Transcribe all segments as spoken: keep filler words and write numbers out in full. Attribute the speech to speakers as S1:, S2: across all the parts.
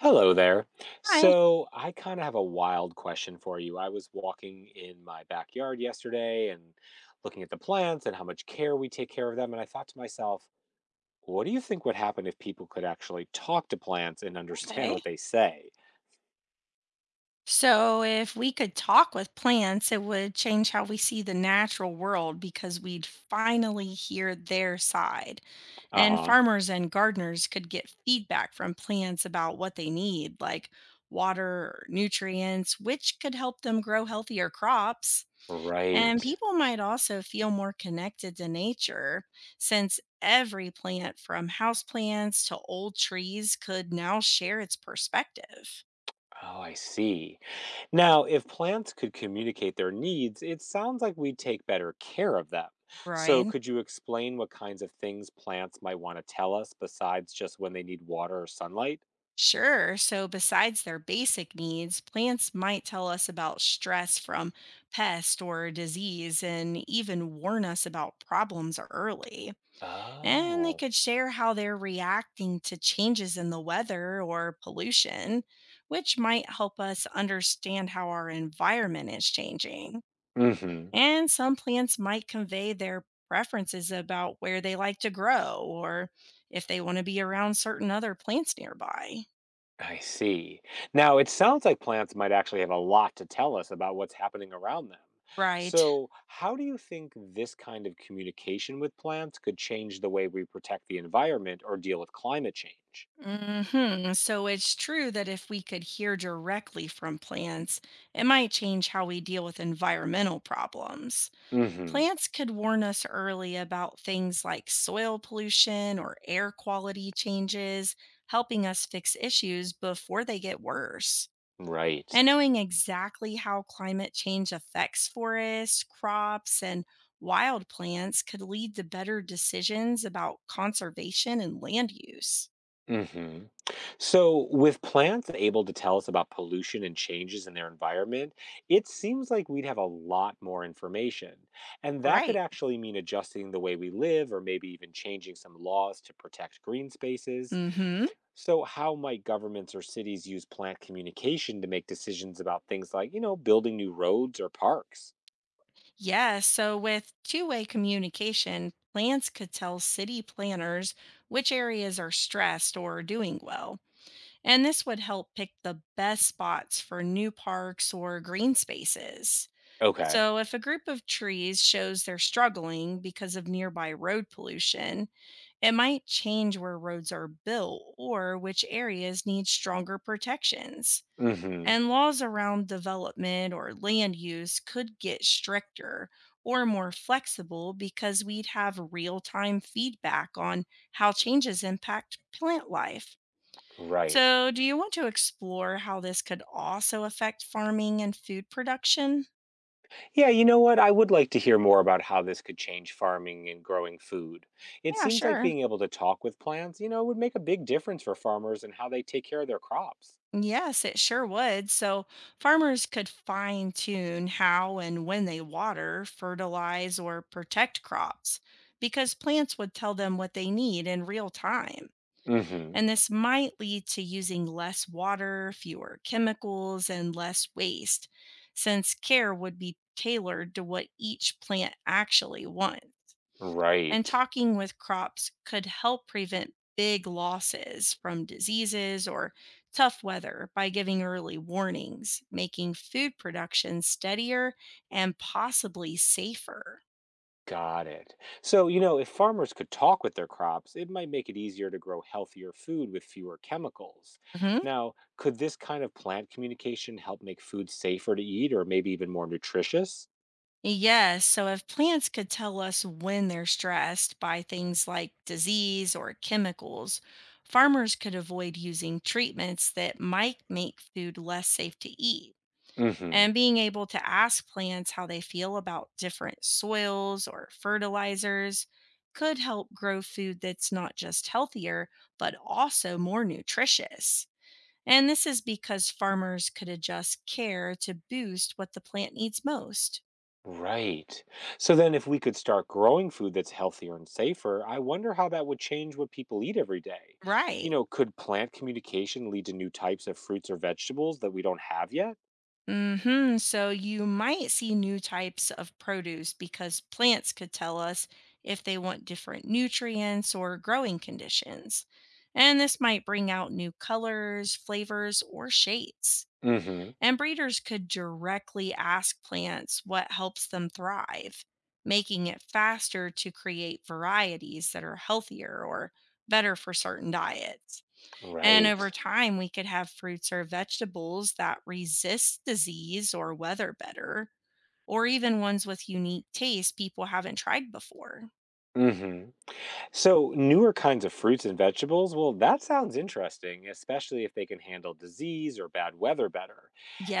S1: Hello there.
S2: Hi.
S1: So, I kind of have a wild question for you. I was walking in my backyard yesterday and looking at the plants and how much care we take care of them. And I thought to myself, what do you think would happen if people could actually talk to plants and understand
S2: Okay.
S1: what they say?
S2: So, if we could talk with plants, it would change how we see the natural world because we'd finally hear their side.
S1: Uh
S2: And
S1: huh.
S2: farmers and gardeners could get feedback from plants about what they need, like water, nutrients, which could help them grow healthier crops.
S1: Right.
S2: And people might also feel more connected to nature since every plant from houseplants to old trees could now share its perspective.
S1: Oh, I see. Now, if plants could communicate their needs, it sounds like we'd take better care of them. So,
S2: Right.
S1: could you explain what kinds of things plants might want to tell us besides just when they need water or sunlight?
S2: Sure. So, besides their basic needs, plants might tell us about stress from pest or disease and even warn us about problems early. And they
S1: Oh.
S2: could share how they're reacting to changes in the weather or pollution, which might help us understand how our environment is changing.
S1: Mm-hmm.
S2: And some plants might convey their preferences about where they like to grow or if they want to be around certain other plants nearby.
S1: I see. Now, it sounds like plants might actually have a lot to tell us about what's happening around them.
S2: Right.
S1: So, how do you think this kind of communication with plants could change the way we protect the environment or deal with climate change?
S2: hmm So it's true that if we could hear directly from plants, it might change how we deal with environmental problems.
S1: Mm-hmm.
S2: Plants could warn us early about things like soil pollution or air quality changes, helping us fix issues before they get worse.
S1: Right.
S2: And knowing exactly how climate change affects forests, crops, and wild plants could lead to better decisions about conservation and land use.
S1: Hmm. So, with plants able to tell us about pollution and changes in their environment, it seems like we'd have a lot more information. And that could
S2: Right.
S1: actually mean adjusting the way we live or maybe even changing some laws to protect green spaces.
S2: Mm hmm.
S1: So, how might governments or cities use plant communication to make decisions about things like, you know, building new roads or parks?
S2: Yeah, so with two way communication, plants could tell city planners which areas are stressed or doing well. And this would help pick the best spots for new parks or green spaces.
S1: Okay.
S2: So, if a group of trees shows they're struggling because of nearby road pollution, it might change where roads are built or which areas need stronger protections.
S1: Hmm.
S2: And laws around development or land use could get stricter or more flexible because we'd have real time feedback on how changes impact plant life.
S1: Right.
S2: So, do you want to explore how this could also affect farming and food production?
S1: Yeah, you know what? I would like to hear more about how this could change farming and growing food. It
S2: Yeah,
S1: seems like
S2: sure.
S1: being able to talk with plants, you know, would make a big difference for farmers and how they take care of their crops.
S2: Yes, it sure would. So farmers could fine tune how and when they water, fertilize, or protect crops because plants would tell them what they need in real time.
S1: Mm-hmm.
S2: And this might lead to using less water, fewer chemicals, and less waste, since care would be tailored to what each plant actually wants. And
S1: Right.
S2: talking with crops could help prevent big losses from diseases or tough weather by giving early warnings, making food production steadier and possibly safer.
S1: Got it. So, you know, if farmers could talk with their crops, it might make it easier to grow healthier food with fewer chemicals.
S2: Mhm.
S1: Now, could this kind of plant communication help make food safer to eat or maybe even more nutritious?
S2: Yes. So if plants could tell us when they're stressed by things like disease or chemicals, farmers could avoid using treatments that might make food less safe to eat.
S1: Mm-hmm.
S2: And being able to ask plants how they feel about different soils or fertilizers could help grow food that's not just healthier, but also more nutritious. And this is because farmers could adjust care to boost what the plant needs most.
S1: Right. So then, if we could start growing food that's healthier and safer, I wonder how that would change what people eat every day. You
S2: Right.
S1: know, could plant communication lead to new types of fruits or vegetables that we don't have yet?
S2: hmm So you might see new types of produce because plants could tell us if they want different nutrients or growing conditions. And this might bring out new colors, flavors, or shades.
S1: Mm hmm.
S2: And breeders could directly ask plants what helps them thrive, making it faster to create varieties that are healthier or better for certain diets. And over
S1: Right.
S2: time, we could have fruits or vegetables that resist disease or weather better, or even ones with unique tastes people haven't tried before.
S1: Mm hmm. So, newer kinds of fruits and vegetables, well, that sounds interesting, especially if they can handle disease or bad weather better.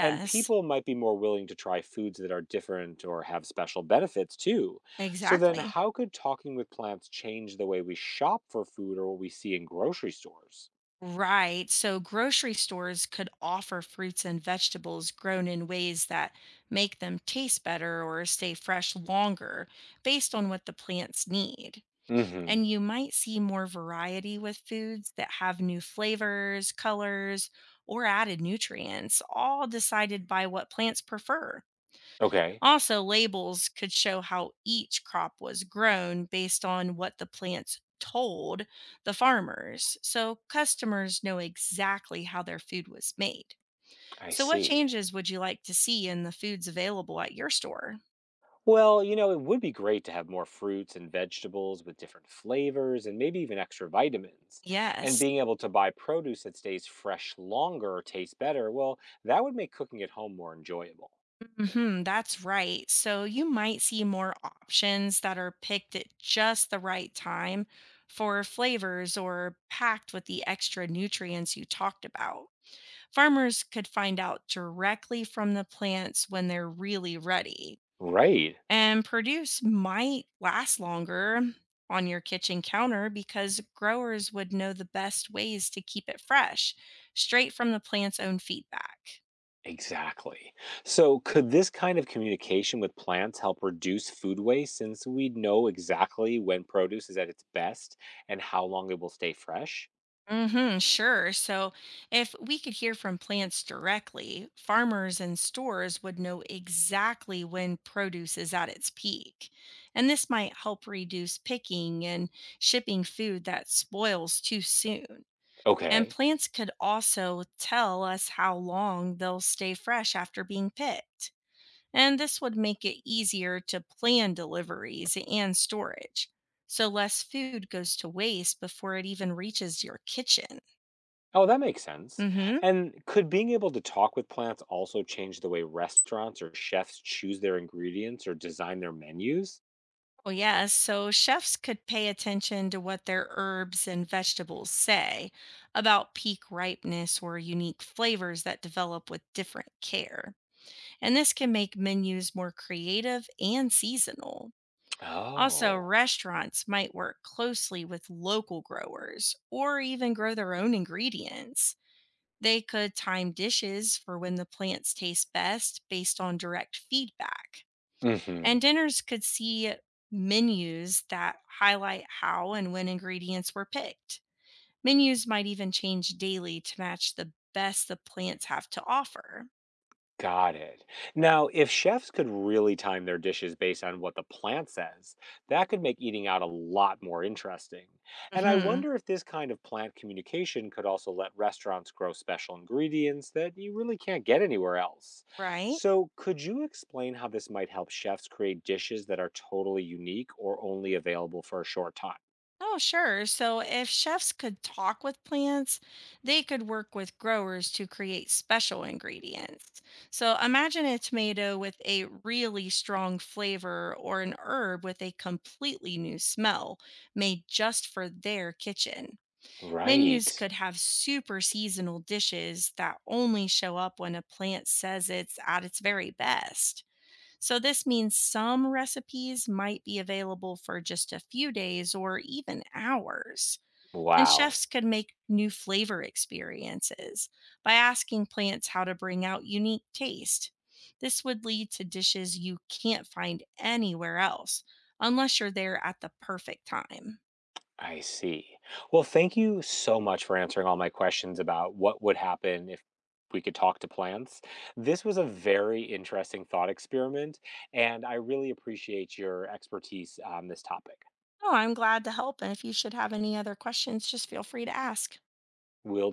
S1: And people might be more willing to try foods that are different or have special benefits too. So, then
S2: exactly.
S1: how could talking with plants change the way we shop for food or what we see in grocery stores?
S2: Right. So grocery stores could offer fruits and vegetables grown in ways that make them taste better or stay fresh longer based on what the plants need.
S1: Mm hmm.
S2: And you might see more variety with foods that have new flavors, colors, or added nutrients, all decided by what plants prefer.
S1: Okay,
S2: Also, labels could show how each crop was grown based on what the plants told the farmers, so customers know exactly how their food was made.
S1: I
S2: So, what
S1: see.
S2: changes would you like to see in the foods available at your store?
S1: Well, you know, it would be great to have more fruits and vegetables with different flavors and maybe even extra vitamins. And
S2: Yes.
S1: being able to buy produce that stays fresh longer or tastes better, well, that would make cooking at home more enjoyable.
S2: Hmm that's right. So you might see more options that are picked at just the right time for flavors or packed with the extra nutrients you talked about. Farmers could find out directly from the plants when they're really ready.
S1: Right.
S2: And produce might last longer on your kitchen counter because growers would know the best ways to keep it fresh, straight from the plant's own feedback.
S1: Exactly. So, could this kind of communication with plants help reduce food waste since we know exactly when produce is at its best and how long it will stay fresh?
S2: Mm-hmm, sure. So, if we could hear from plants directly, farmers and stores would know exactly when produce is at its peak. And this might help reduce picking and shipping food that spoils too soon. And
S1: Okay.
S2: plants could also tell us how long they'll stay fresh after being picked. And this would make it easier to plan deliveries and storage. So, less food goes to waste before it even reaches your kitchen.
S1: Oh, that makes sense.
S2: Mm-hmm.
S1: And could being able to talk with plants also change the way restaurants or chefs choose their ingredients or design their menus?
S2: Well, yes. So chefs could pay attention to what their herbs and vegetables say about peak ripeness or unique flavors that develop with different care. And this can make menus more creative and seasonal. Also,
S1: Oh.
S2: restaurants might work closely with local growers or even grow their own ingredients. They could time dishes for when the plants taste best based on direct feedback.
S1: Mhm.
S2: And dinners could see menus that highlight how and when ingredients were picked. Menus might even change daily to match the best the plants have to offer.
S1: Got it. Now, if chefs could really time their dishes based on what the plant says, that could make eating out a lot more interesting. And I
S2: hmm
S1: wonder if this kind of plant communication could also let restaurants grow special ingredients that you really can't get anywhere else.
S2: Right?
S1: So, could you explain how this might help chefs create dishes that are totally unique or only available for a short time?
S2: Oh, sure. So if chefs could talk with plants, they could work with growers to create special ingredients. So imagine a tomato with a really strong flavor or an herb with a completely new smell made just for their kitchen. Menus
S1: Right.
S2: could have super seasonal dishes that only show up when a plant says it's at its very best. So, this means some recipes might be available for just a few days or even hours. And
S1: Wow.
S2: chefs could make new flavor experiences by asking plants how to bring out unique taste. This would lead to dishes you can't find anywhere else unless you're there at the perfect time.
S1: I see. Well, thank you so much for answering all my questions about what would happen if we could talk to plants. This was a very interesting thought experiment, and I really appreciate your expertise on this topic.
S2: Oh, I'm glad to help. And if you should have any other questions, just feel free to ask.
S1: We'll